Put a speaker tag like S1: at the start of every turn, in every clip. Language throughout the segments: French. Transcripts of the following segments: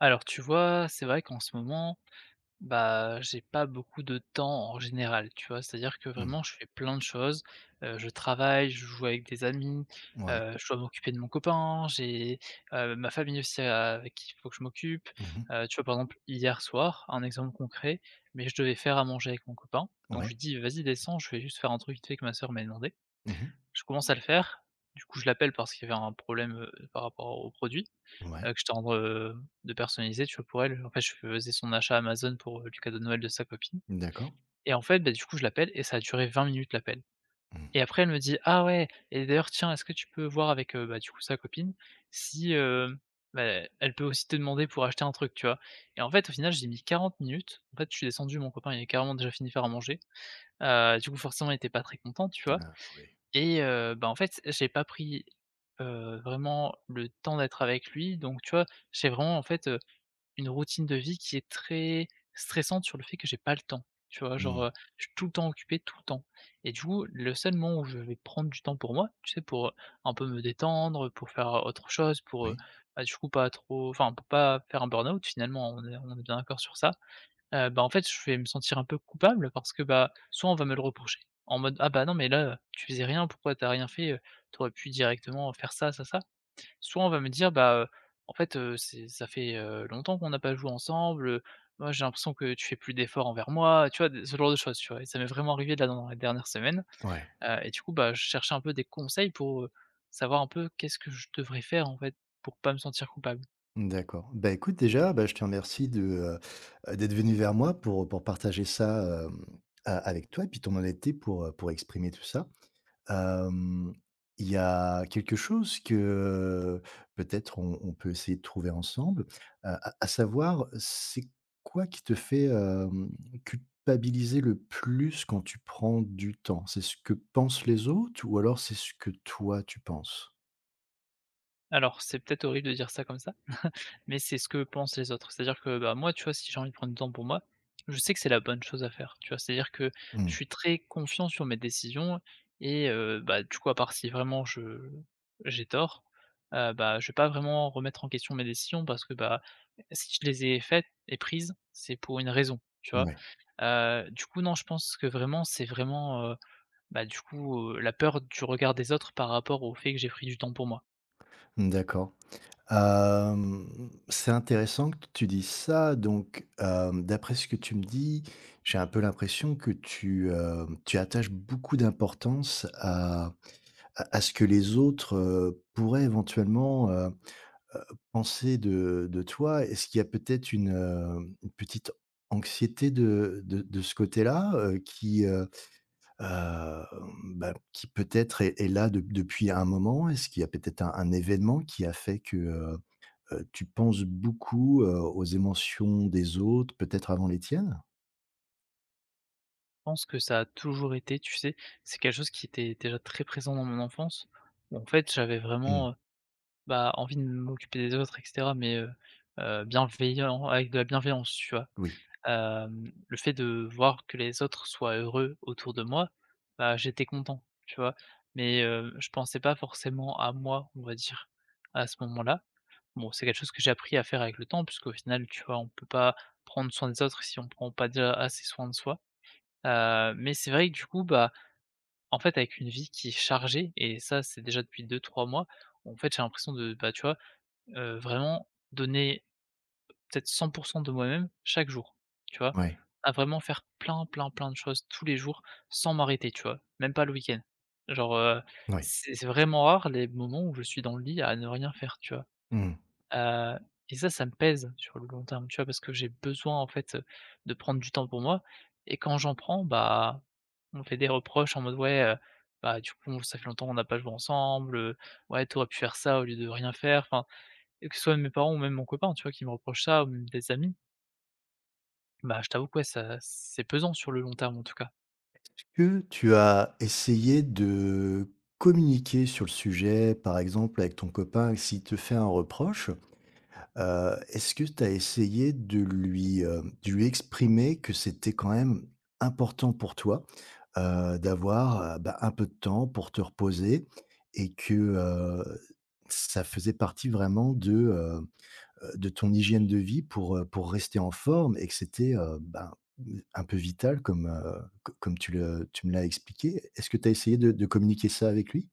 S1: Alors tu vois, c'est vrai qu'en ce moment, bah, j'ai pas beaucoup de temps en général, tu vois? C'est-à-dire que
S2: Mmh.
S1: vraiment je fais plein de choses, je travaille, je joue avec des amis,
S2: Ouais.
S1: je dois m'occuper de mon copain, j'ai, ma famille aussi avec qui il faut que je m'occupe.
S2: Mmh mh.
S1: Tu vois, par exemple, hier soir, un exemple concret, mais je devais faire à manger avec mon copain, donc je lui
S2: Ouais.
S1: dis: «Vas-y descends, je vais juste faire un truc vite fait que ma sœur m'a demandé».
S2: Mmh mh.
S1: Je commence à le faire, du coup je l'appelle parce qu'il y avait un problème, par rapport au produit
S2: Ouais.
S1: que j'étais en de personnaliser, tu vois, pour elle. En fait, je faisais son achat Amazon pour, le cadeau de Noël de sa copine
S2: D'accord.
S1: et en fait, bah, du coup, je l'appelle et ça a duré 20 minutes l'appel
S2: Mmh.
S1: et après elle me dit: «Ah ouais et d'ailleurs tiens, est-ce que tu peux voir avec, bah, du coup, sa copine si, bah, elle peut aussi te demander pour acheter un truc», tu vois? Et en fait, au final, j'ai mis 40 minutes. En fait, je suis descendu, mon copain, il est carrément déjà fini de faire à manger. Du coup, forcément, il était pas très content, tu vois?
S2: Ah oui.
S1: Et bah, en fait, j'ai pas pris, vraiment le temps d'être avec lui donc tu vois, j'ai vraiment, en fait, une routine de vie qui est très stressante sur le fait que j'ai pas le temps. Tu vois? Genre,
S2: Mmh.
S1: je suis tout le temps occupé, tout le temps et du coup, le seul moment où je vais prendre du temps pour moi, tu sais, pour, un peu me détendre, pour faire autre chose, pour,
S2: Oui.
S1: bah, du coup, pas trop enfin, pour pas faire un burn-out finalement, on est bien d'accord sur ça, bah, en fait, je vais me sentir un peu coupable parce que, bah, soit on va me le reprocher en mode: «Ah, bah, non mais là, tu faisais rien, pourquoi t'as rien fait, t'aurais pu directement faire ça, ça, ça». Soit on va me dire: «Bah, en fait, c'est ça fait, longtemps qu'on n'a pas joué ensemble, moi j'ai l'impression que tu fais plus d'efforts envers moi», tu vois? De ce genre de choses, tu vois? Et ça m'est vraiment arrivé là dans les dernières semaines,
S2: Ouais.
S1: et du coup, bah, je cherchais un peu des conseils pour, savoir un peu qu'est-ce que je devrais faire, en fait, pour pas me sentir coupable?
S2: D'accord. Bah, écoute, déjà, bah, je te remercie de, d'être venu vers moi pour partager ça, a avec toi et puis ton honnêteté pour exprimer tout ça. Hem, il y a quelque chose que, peut-être on peut essayer de trouver ensemble, à savoir, c'est quoi qui te fait, culpabiliser le plus quand tu prends du temps? C'est ce que pensent les autres ou alors c'est ce que toi tu penses?
S1: Alors c'est peut-être horrible de dire ça comme ça, mais c'est ce que pensent les autres. C'est-à-dire que, bah, moi, tu vois, si j'ai envie de prendre du temps pour moi, je sais que c'est la bonne chose à faire, tu vois? C'est-à-dire que je
S2: Mmh,
S1: suis très confiant sur mes décisions et bah, du coup, à part si vraiment je j'ai tort, bah, je vais pas vraiment remettre en question mes décisions parce que, bah, si je les ai faites et prises, c'est pour une raison, tu vois?
S2: ouais,
S1: Du coup, non, je pense que vraiment, c'est vraiment, bah, du coup, la peur du regard des autres par rapport au fait que j'ai pris du temps pour moi.
S2: mmh, d'accord. C'est intéressant que tu dises ça. Donc, d'après ce que tu me dis, j'ai un peu l'impression que tu attaches beaucoup d'importance à ce que les autres, pourraient éventuellement, heu, penser de toi. Est-ce qu'il y a peut-être une petite anxiété de ce côté-là, hem, qui peut-être est là de depuis un moment? Est-ce qu'il y a peut-être un événement qui a fait que, euh, tu penses beaucoup, aux émotions des autres, peut-être avant les tiennes?
S1: Pense que ça a toujours été, tu sais, c'est quelque chose qui était déjà très présent dans mon enfance. En fait, j'avais
S2: Mmh.
S1: vraiment, bah, envie de m'occuper des autres et cetera, mais, bienveillant, avec de la bienveillance, tu vois?
S2: Oui.
S1: Le fait de voir que les autres soient heureux autour de moi, bah, j'étais content, tu vois? Mais, je pensais pas forcément à moi, on va dire, à ce moment-là. Bon, c'est quelque chose que j'ai appris à faire avec le temps puisqu'au final, tu vois, on peut pas prendre soin des autres si on prend pas déjà assez soin de soi. Mais c'est vrai que du coup, bah, en fait, avec une vie qui est chargée et ça, c'est déjà depuis 2, 3 mois, en fait, j'ai l'impression de, bah, tu vois, vraiment donner peut-être 100% de moi-même chaque jour, tu vois?
S2: Oui.
S1: À vraiment faire plein, plein, plein de choses tous les jours sans m'arrêter, tu vois? Même pas le week-end. Genre,
S2: Ouais.
S1: c'est vraiment rare les moments où je suis dans le lit à ne rien faire, tu vois?
S2: Mmh.
S1: Heu et ça me pèse sur le long terme, tu vois? Parce que j'ai besoin, en fait, de prendre du temps pour moi et quand j'en prends, bah, on me fait des reproches en mode: «Ouais, bah, du coup, ça fait longtemps qu'on n'a pas joué ensemble, ouais, t'aurais pu faire ça au lieu de rien faire». Enfin, et que ce soit mes parents ou même mon copain, tu vois, qui me reprochent ça ou même des amis, bah, je t'avoue que ouais, ça c'est pesant sur le long terme, en tout cas.
S2: Que tu as essayé de communiquer sur le sujet, par exemple avec ton copain, s'il te fait un reproche, est-ce que tu as essayé de lui exprimer que c'était quand même important pour toi, d'avoir, bah, un peu de temps pour te reposer et que, ça faisait partie vraiment de ton hygiène de vie pour rester en forme et que c'était, ben, mmh, un peu vital comme, co comme tu me l'as expliqué. Est-ce que tu as essayé de communiquer ça avec lui?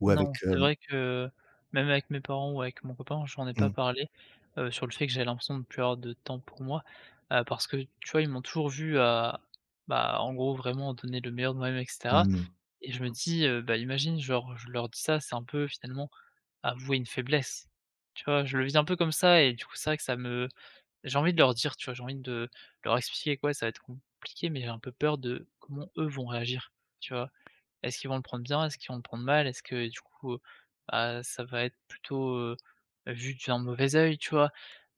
S2: Ou avec,
S1: Non, c'est
S2: hem
S1: vrai que même avec mes parents ou avec mon copain, j'en ai pas
S2: mmh,
S1: parlé, sur le fait que j'avais l'impression de plus avoir de temps pour moi, parce que, tu vois, ils m'ont toujours vu à bah, en gros, vraiment donner le meilleur de moi-même et cetera
S2: mmh.
S1: et je me dis, bah, imagine, genre, je leur dis ça, c'est un peu finalement avouer une faiblesse, tu vois? Je le vis un peu comme ça et du coup, c'est vrai que ça me j'ai envie de leur dire, tu vois? J'ai envie de leur expliquer quoi ça va être compliqué, mais j'ai un peu peur de comment eux vont réagir, tu vois? Est-ce qu'ils vont le prendre bien? Est-ce qu'ils vont le prendre mal? Est-ce que du coup, bah, ça va être plutôt, vu d'un mauvais œil, tu vois?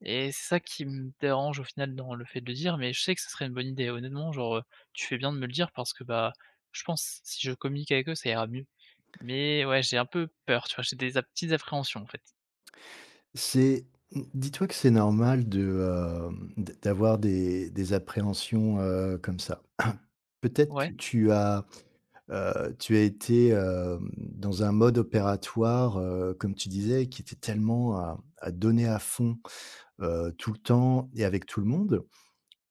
S1: Et c'est ça qui me dérange au final dans le fait de le dire, mais je sais que ce serait une bonne idée. Honnêtement, genre, tu fais bien de me le dire parce que, bah, je pense si je communique avec eux, ça ira mieux. Mais ouais, j'ai un peu peur, tu vois? J'ai des a petites appréhensions en fait.
S2: C'est mmh, Dis-toi que c'est normal de, d'avoir des appréhensions, comme ça. Peut-être
S1: Ouais,
S2: que tu as été, dans un mode opératoire, comme tu disais, qui était tellement à donner à fond, tout le temps et avec tout le monde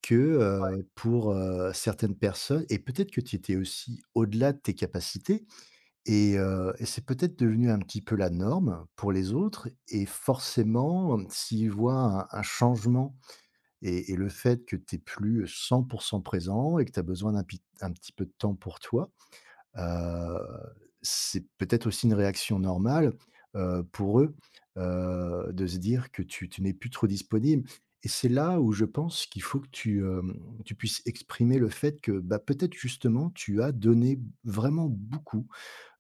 S2: que,
S1: ouais,
S2: pour, certaines personnes et peut-être que tu étais aussi au-delà de tes capacités et c'est peut-être devenu un petit peu la norme pour les autres et forcément, s'ils voient un changement et le fait que tu es plus 100 pour cent présent et que tu as besoin d'un pit un petit peu de temps pour toi. Heu, c'est peut-être aussi une réaction normale, pour eux, de se dire que tu n'es plus trop disponible et c'est là où je pense qu'il faut que tu puisses exprimer le fait que, bah, peut-être justement tu as donné vraiment beaucoup,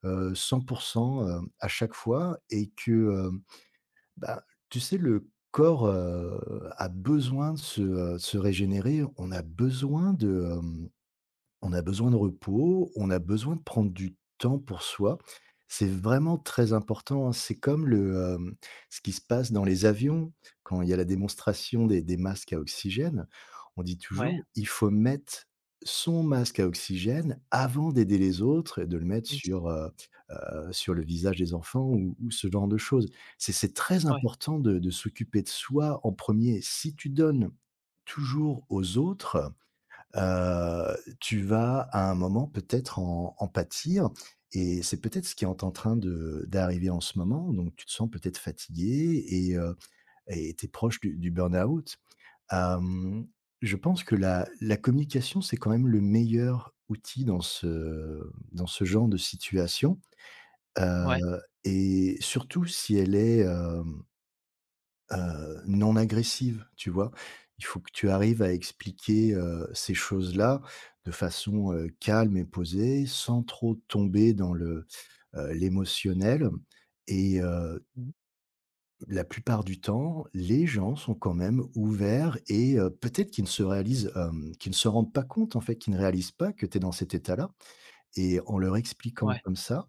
S2: 100 à chaque fois et que, bah, tu sais le corps, a besoin de se régénérer. On a besoin de, hem on a besoin de repos, on a besoin de prendre du temps pour soi. C'est vraiment très important, hein. C'est comme ce qui se passe dans les avions quand il y a la démonstration des masques à oxygène. On dit
S1: ouais,
S2: toujours: «Il faut mettre son masque à oxygène avant d'aider les autres et de le mettre
S1: oui,
S2: sur le visage des enfants» ou ce genre de choses. C'est très
S1: ouais,
S2: important de s'occuper de soi en premier. Si tu donnes toujours aux autres tu vas à un moment peut-être en pâtir et c'est peut-être ce qui est en train de d'arriver en ce moment, donc tu te sens peut-être fatigué et tu es proche du burn-out. Hem, je pense que la communication, c'est quand même le meilleur outil dans ce genre de situation,
S1: ouais,
S2: heu et surtout si elle est, hem non agressive, tu vois? Il faut que tu arrives à expliquer, ces choses-là de façon, calme et posée, sans trop tomber dans l'émotionnel et heu,
S1: mmh,
S2: la plupart du temps, les gens sont quand même ouverts peut-être qu'ils ne se réalisent, qu'ils ne se rendent pas compte, en fait, qu'ils ne réalisent pas que tu es dans cet état-là et en leur expliquant
S1: ouais,
S2: comme ça,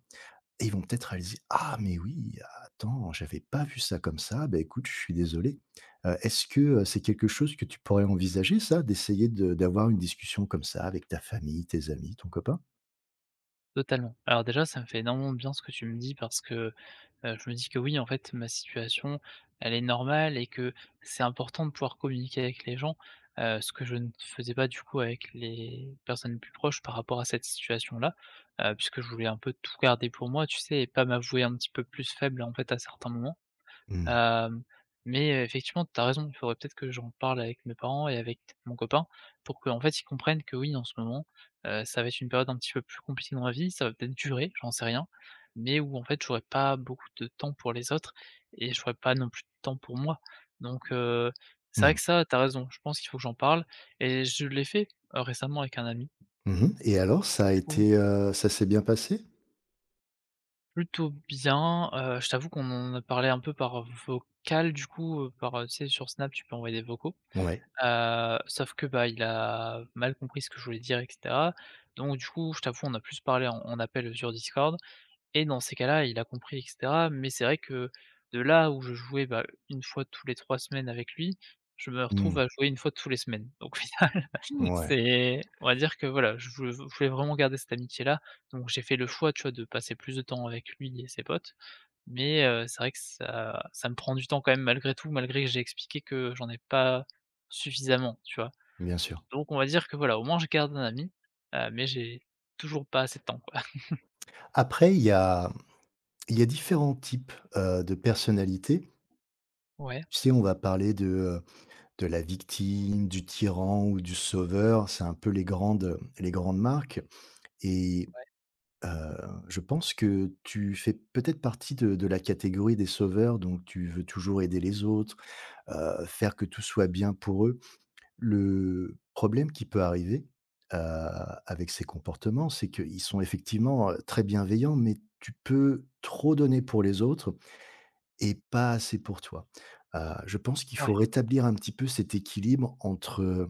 S2: et ils vont peut-être réaliser: «Ah mais oui, attends, j'avais pas vu ça comme ça, bah, écoute, je suis désolé». Est-ce que, c'est quelque chose que tu pourrais envisager ça, d'essayer de d'avoir une discussion comme ça avec ta famille, tes amis, ton copain?
S1: totalement. Alors déjà, ça me fait énormément de bien ce que tu me dis parce que je me dis que oui, en fait, ma situation, elle est normale et que c'est important de pouvoir communiquer avec les gens, ce que je ne faisais pas du coup avec les personnes plus proches par rapport à cette situation-là, puisque je voulais un peu tout garder pour moi, tu sais? Et pas m'avouer un petit peu plus faible, en fait, à certains moments.
S2: Mmh.
S1: Hem, mais effectivement, t'as raison, il faudrait peut-être que j'en parle avec mes parents et avec mon copain pour qu'en fait, ils comprennent que oui, en ce moment, ça va être une période un petit peu plus compliquée dans ma vie, ça va peut-être durer, j'en sais rien, mais où en fait, j'aurai pas beaucoup de temps pour les autres et j'aurai pas non plus de temps pour moi. Donc c'est vrai
S2: Mmh.
S1: que ça, t'as raison, je pense qu'il faut que j'en parle et je l'ai fait, récemment avec un ami.
S2: Mmh et alors
S1: Du coup,
S2: ça s'est bien passé?
S1: plutôt bien, je t'avoue qu'on en a parlé un peu par vocal du coup, par, tu sais, sur Snap, tu peux envoyer des vocaux.
S2: Ouais.
S1: Sauf que, bah, il a mal compris ce que je voulais dire et cetera. Donc du coup, je t'avoue, on a plus parlé en appel, sur Discord et dans ces cas-là, il a compris et cetera. Mais c'est vrai que de là où je jouais, bah, 1 fois tous les 3 semaines avec lui, je me retrouve
S2: Mmh.
S1: à jouer une fois tous les semaines. Donc au final,
S2: Ouais,
S1: c'est on va dire que voilà, je voulais vraiment garder cette amitié-là. Donc j'ai fait le choix, tu vois, de passer plus de temps avec lui et ses potes mais c'est vrai que ça ça me prend du temps quand même malgré tout, malgré que j'ai expliqué que j'en ai pas suffisamment, tu vois?
S2: bien sûr.
S1: Donc on va dire que voilà, au moins je garde un ami, mais j'ai toujours pas assez de temps, quoi.
S2: Après il y a différents types, de personnalités.
S1: Ouais,
S2: Tu sais, on va parler de la victime, du tyran ou du sauveur, c'est un peu les grandes marques. Et
S1: ouais,
S2: heu, je pense que tu fais peut-être partie de la catégorie des sauveurs, donc tu veux toujours aider les autres, faire que tout soit bien pour eux. Le problème qui peut arriver, heu, avec ces comportements, c'est qu'ils sont effectivement, très bienveillants, mais tu peux trop donner pour les autres et pas assez pour toi. Heu, je pense qu'il
S1: ouais,
S2: faut rétablir un petit peu cet équilibre entre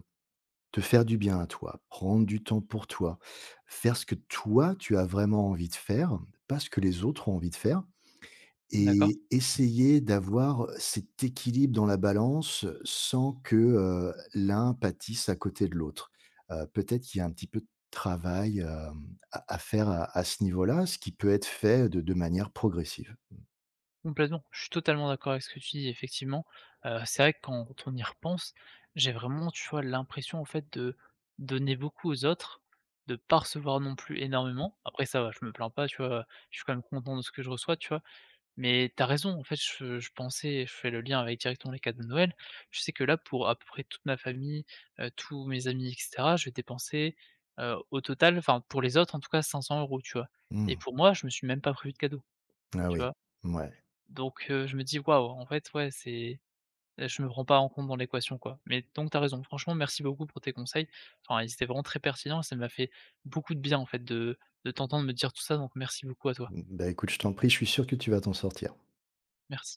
S2: te faire du bien à toi, prendre du temps pour toi, faire ce que toi tu as vraiment envie de faire, pas ce que les autres ont envie de faire
S1: d'accord.
S2: et essayer d'avoir cet équilibre dans la balance sans que, l'un pâtisse à côté de l'autre. Peut-être qu'il y a un petit peu de travail, à faire à ce niveau-là, ce qui peut être fait de manière progressive.
S1: Complètement, je suis totalement d'accord avec ce que tu dis effectivement. C'est vrai que quand on y repense, j'ai vraiment, tu vois, l'impression en fait de donner beaucoup aux autres, de pas recevoir non plus énormément. Après ça va, je me plains pas, tu vois? Je suis quand même content de ce que je reçois, tu vois? Mais t'as raison, en fait, je pensais je fais le lien avec directement les cadeaux de Noël. Je sais que là, pour à peu près toute ma famille, tous mes amis et cetera, je vais dépenser, au total, enfin pour les autres en tout cas 500 euros, tu vois? Et
S2: Mmh.
S1: pour moi, je me suis même pas prévu de cadeau,
S2: Ah
S1: tu
S2: oui,
S1: vois?
S2: ouais.
S1: Donc je me dis: «Waouh!» en fait, ouais, c'est je me prends pas en compte dans l'équation, quoi. Mais donc t'as raison, franchement, merci beaucoup pour tes conseils. Enfin, ils étaient vraiment très pertinents et ça m'a fait beaucoup de bien, en fait, de t'entendre me dire tout ça, donc merci beaucoup à toi.
S2: Mmh, Bah, écoute, je t'en prie, je suis sûr que tu vas t'en sortir.
S1: Merci.